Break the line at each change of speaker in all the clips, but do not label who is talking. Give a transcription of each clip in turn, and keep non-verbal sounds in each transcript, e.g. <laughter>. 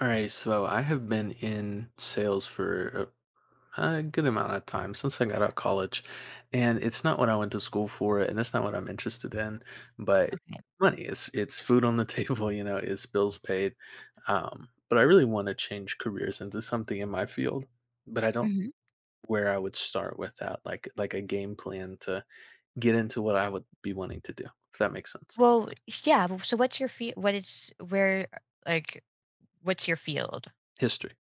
All right, so I have been in sales for a good amount of time since I got out of college, and it's not what I went to school for, and it's not what I'm interested in. But
Okay.
money, it's food on the <laughs> table, it's bills paid. But I really want to change careers into something in my field, but I don't know
Mhm.
where I would start with that, like a game plan to get into what I would be wanting to do, if that makes sense.
Well, yeah, w so what's your field? Like, what's your field?
History,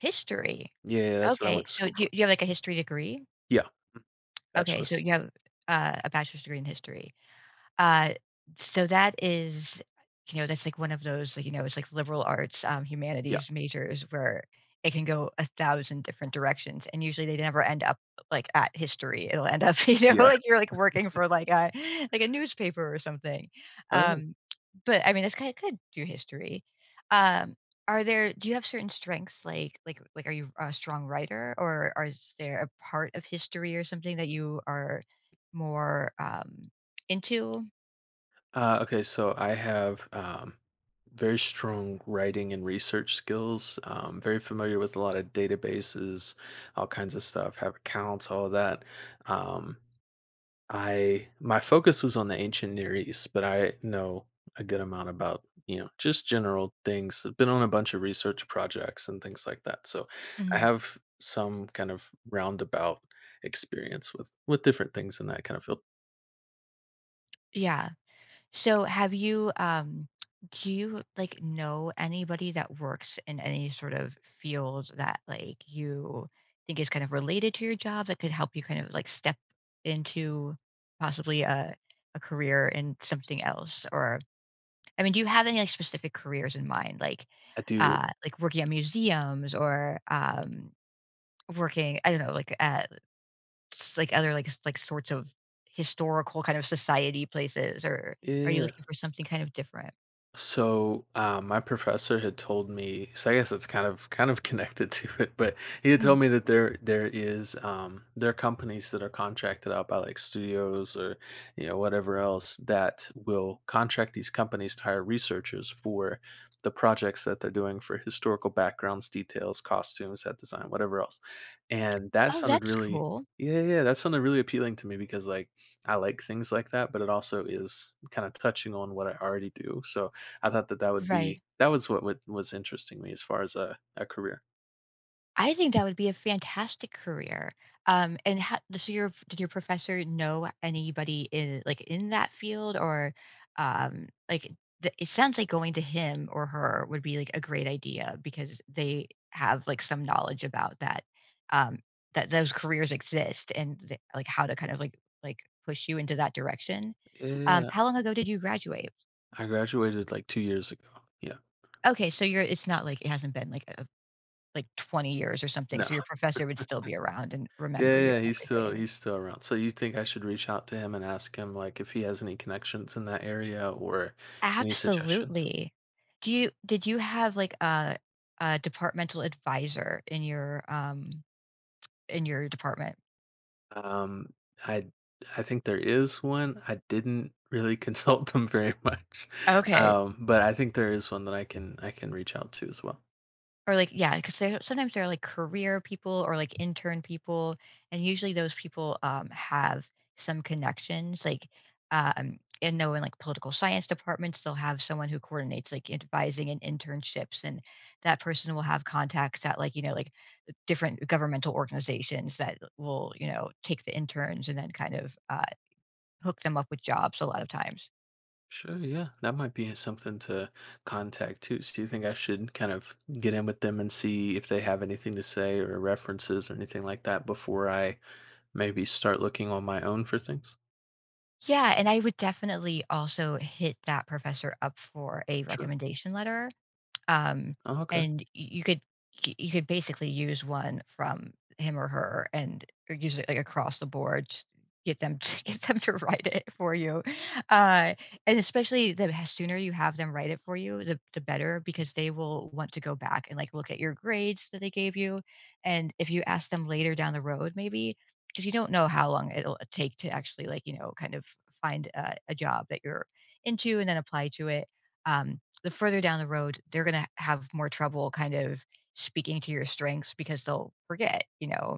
History.
yeah, yeah, that's what I
Okay,
went to
so
school
do you
for.
you have, like, a history degree?
Yeah, Mm,
Okay, so
bachelor's.
you have, a bachelor's degree in history. Uh, so that is, you know, that's like one of those, like, you know, it's like liberal arts,
Yeah,
humanities majors where it can go a thousand different directions, and usually they never end up like at history. It'll end up, <laughs> you know,
yeah.
like you're like working for like a newspaper or something.
Oh, yeah.
Um, but I mean, it's kind of could do history. Um, are there? Do you have certain strengths? Like, are you a strong writer, or are is there a part of history or something that you are more into?
Okay, so I have very strong writing and research skills. Very familiar with a lot of databases, all kinds of stuff. Have accounts, all that. Um, I my focus was on the ancient Near East, but I know a good amount about just general things. I've been on a bunch of research projects and things like that, so I
Mhm.
have some kind of roundabout experience with different things in that kind of field.
Yeah. So have you, do you like know anybody that works in any sort of field that like you think is kind of related to your job that could help you kind of like step into possibly a career in something else? Or I mean, do you have any like specific careers in mind? Like
I do.
like working at museums, or working, I don't know, like at s like, other, like s like, sorts of historical kind of society places, or are you
Yeah.
looking for something kind of different?
So, my professor had told me, so I guess it's kind of <laughs> connected to it, but he had
Mm.
told me that there is there are companies that are contracted out by like studios or you know whatever else that will contract these companies to hire researchers for the projects that they're doing for historical backgrounds, details, costumes, set design, whatever else. And that
Oh,
sounded
that's
really
cool.
yeah, yeah, that sounded really appealing to me because like I like things like that, but it also is kind of touching on what I already do. So I thought that would be
Right.
that was what would was interesting me as far as a career.
I think that would be a fantastic career. And how, so your did your professor know anybody in like in that field? Or like the, it sounds like going to him or her would be like a great idea because they have like some knowledge about that, um, that those careers exist, and like how to kind of like like push you into that direction.
Yeah,
How long ago did you graduate?
I graduated, like, 2 years ago. Yeah.
Okay, so you're it's not like it hasn't been like 20 years or something,
No.
so your professor would still be around and remember
Yeah,
you
yeah,
and everything.
he's still around. So you think I should reach out to him and ask him, like, if he has any connections in that area or any suggestions?
Absolutely. Do you did you have like a departmental advisor in your department?
Um, I I think there is one. I didn't really <laughs> consult them very much,
Okay.
but I think there is one that I can reach out to as well.
Or like yeah, because 'cause sometimes they're like career people or like intern people, and usually those people, have some connections, like, I know in like political science departments, they'll have someone who coordinates like advising and internships, and that person will have contacts at like, you know, like different governmental organizations that will, you know, take the interns and then kind of, hook them up with jobs a lot of times.
Sure, yeah. That might be something to contact too. So do you think I should kind of get in with them and see if they have anything to say or references or anything like that before I maybe start looking on my own for things?
Yeah, and I would definitely also hit that professor up for a
Sure.
recommendation letter. Um,
Oh, okay.
and you could basically use one from him or her, and or use it like across the board. Just get them to, <laughs> get them to write it for you, uh, and especially the sooner you have them write it for you, the better because they will want to go back and like look at your grades that they gave you, and if you ask them later down the road, maybe because you don't know how long it'll take to actually like you know kind of find a job that you're into and then apply to it. Um, the further down the road, they're gonna have more trouble kind of speaking to your strengths because they'll forget, you know?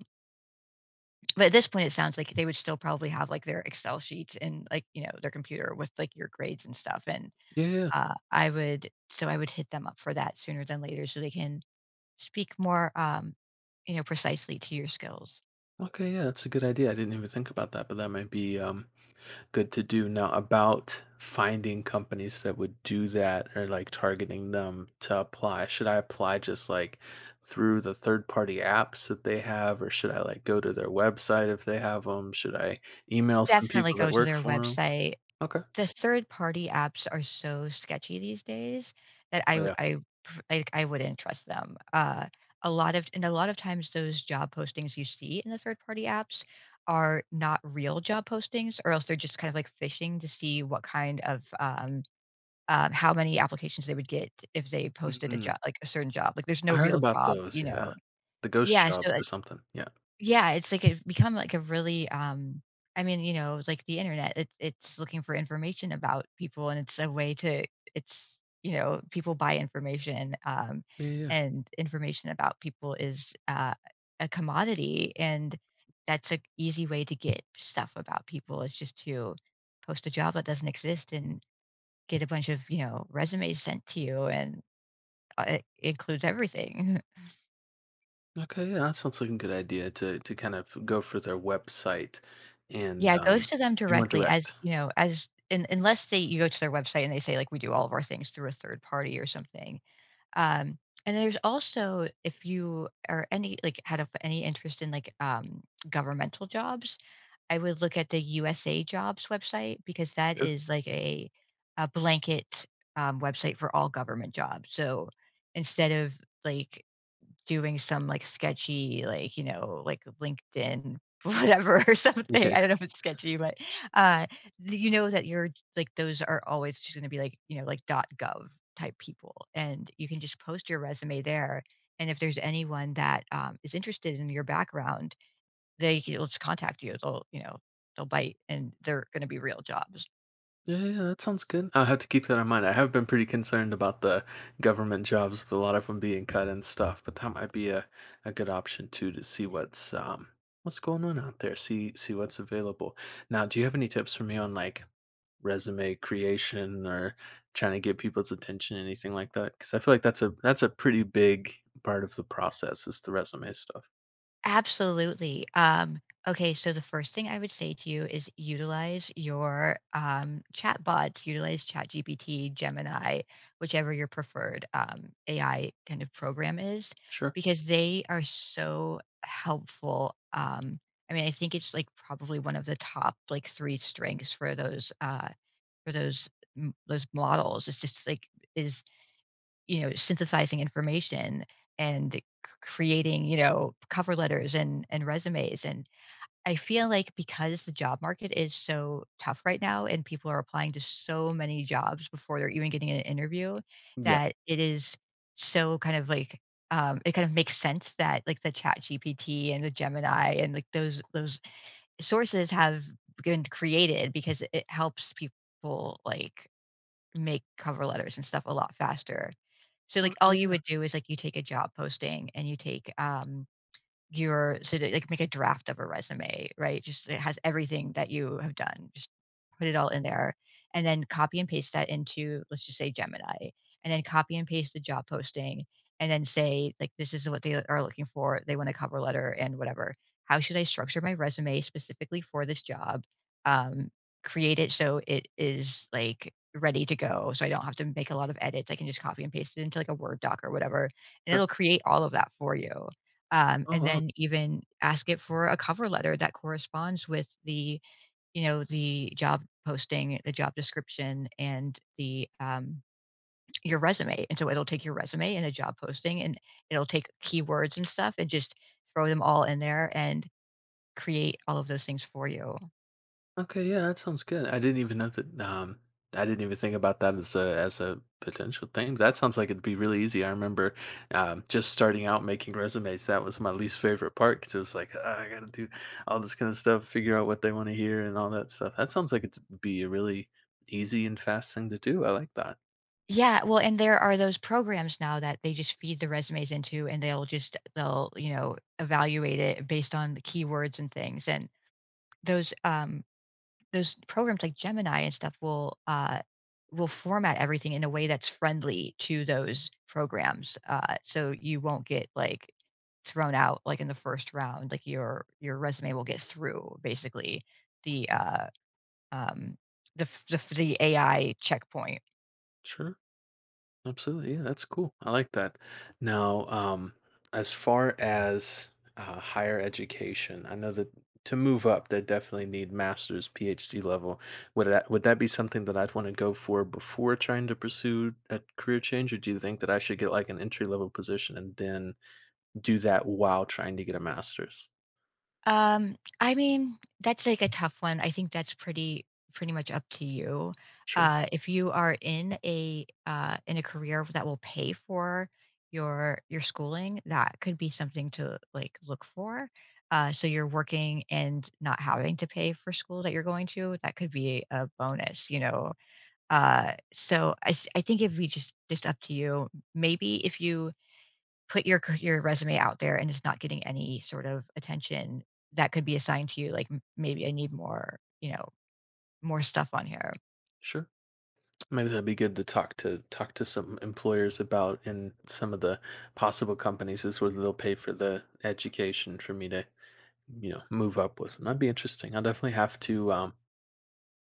But at this point, it sounds like they would still probably have, like, their Excel sheets and, like, you know, their computer with, like, your grades and stuff, and,
Yeah, yeah, yeah.
I would so I would hit them up for that sooner than later so they can speak more, you know, precisely to your skills.
Okay, yeah, that's a good idea. I didn't even think about that, but that might be good to do. Now, about finding companies that would do that or like targeting them to apply, should I apply just like through the third party apps that they have, or should I like go to their website if they have them? Should I email some
Definitely
people
go
that
to
work
their
for them?
website.
Okay.
The third party apps are so sketchy these days that
Oh, yeah.
I wouldn't trust them. A lot of and a lot of times those job postings you see in the third party apps are not real job postings, or else they're just kind of like fishing to see what kind of, how many applications they would get if they posted a job
Mhm.
like a certain job. Like, there's no
I heard
real
about
job,
those.
you
Yeah.
know?
The ghost
Yeah,
jobs
so
or something. Yeah.
yeah, it's like it become like a really I mean, you know, like the internet, it's looking for information about people, and it's a way to it's you know, people buy information,
Yeah. Yeah,
and information about people is a commodity, and that's an easy way to get stuff about people is just to post a job that doesn't exist and get a bunch of, you know, resumes sent to you, and it includes everything. <laughs>
yeah. Okay, yeah, that sounds like a good idea to kind of go for their website and
Yeah, it goes to them
be more
directly as,
direct.
you know, as un unless they you go to their website and they say, like, "We do all of our things through a third party," or something. Um, and there's also if you are any like, had of any interest in, like, governmental jobs, I would look at the USA Jobs website because that
Sure.
is like a blanket, website for all government jobs. So, instead of, like, doing some, like, sketchy, like, you know, like, LinkedIn <laughs> whatever or
Yeah.
something. I don't know if it's sketchy, but, uh, th you know that you're like, those are always just gonna be, like, you know, like, .dot .gov type people, and you can just post your resume there, and if there's anyone that, is interested in your background, they will just contact you. They'll, you know, they'll bite, and they're gonna be real jobs.
Yeah, yeah, yeah, that sounds good. I'll have to keep that in mind. I have been pretty concerned about the government jobs, with a lot of them being cut and stuff, but that might be a good option too to see what's going on out there, see what's available. Now, do you have any tips for me on like resume creation or trying to get people's attention, anything like that? Because I feel like that's a pretty big part of the process is the resume stuff.
Absolutely. Okay, so the first thing I would say to you is utilize your chat bots, utilize ChatGPT, Gemini, whichever your preferred AI kind of program is,
Sure.
because they are so helpful. I mean, I think it's like probably one of the top like three strengths for those for those those models. It's just like is you know, synthesizing information and creating, you know, cover letters and resumes. And I feel like because the job market is so tough right now and people are applying to so many jobs before they're even getting an interview,
Yeah.
that it is so kind of like it kind of makes sense that like the chat gpt and the gemini and like those sources have been created because it helps people like make cover letters and stuff a lot faster. So, like, all
Okay.
you
Yeah.
would do is, like, you take a job posting, and you take, your so that like, make a draft of a resume, right? Just it has everything that you have done. Just put it all in there, and then copy and paste that into, let's just say, Gemini, and then copy and paste the job posting, and then say, like, this is what they are looking for. They want a cover letter and whatever. How should I structure my resume specifically for this job? Um, create it so it is like ready to go, so I don't have to make a lot of edits. I can just copy and paste it into like a Word doc or whatever, and
Sure.
it'll create all of that for you.
Oh
And
wow.
then even ask it for a cover letter that corresponds with the you know, the job posting, the job description, and the your resume. And so it'll take your resume and a job posting, and it'll take keywords and stuff, and just throw them all in there and create all of those things for you.
Okay, yeah, that sounds good. I didn't even know that. I didn't even think about that as a potential thing. That sounds like it'd be really easy. I remember just starting out making resumes. That was my least favorite part because it was like "Ah, I got to do all this kind of stuff, figure out what they want to hear, and all that stuff. That sounds like it'd be a really easy and fast thing to do. I like that.
Yeah, well, and there are those programs now that they just feed the resumes into, and they'll just they'll you know evaluate it based on the keywords and things, and those um those programs like Gemini and stuff will format everything in a way that's friendly to those programs, so you won't get, like, thrown out, like, in the first round, like, your resume will get through basically the, uh, um, the f the f the AI checkpoint.
Sure. Absolutely. Yeah, that's cool. I like that. Now, as far as higher education, I know that to move up, they definitely need master's, PhD level. Would that be something that I'd want to go for before trying to pursue a career change, or do you think that I should get like an entry level position and then do that while trying to get a master's?
I mean, that's like a tough one. I think that's pretty pretty much up to you.
Sure.
If you are in a career that will pay for your schooling, that could be something to like look for. So you're working and not having to pay for school that you're going to. That could be a bonus, you know. I think if we just up to you. Maybe if you put your c your resume out there and it's not getting any sort of attention, that could be assigned to you, like, m maybe I need more, you know, more stuff on here.
Sure. Maybe that'd be good to talk to some employers about in some of the possible companies is where they'll pay for the education for me to you know move up with them. That'd be interesting. I'll definitely have to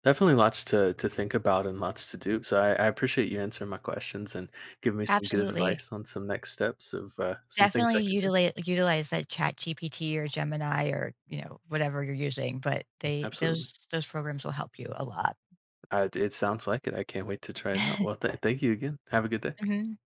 definitely lots to think about and lots to do. So I appreciate you answering my questions and giving me some good
Absolutely.
advice on some next steps of some things
Definitely
I could do.
utilize utilize that ChatGPT or Gemini or, you know, whatever you're using, but they
Absolutely.
those programs will help you a lot.
It it sounds like it. I can't wait to try it out.
<laughs>
Well, thank you again. Have a good day.
Mhm.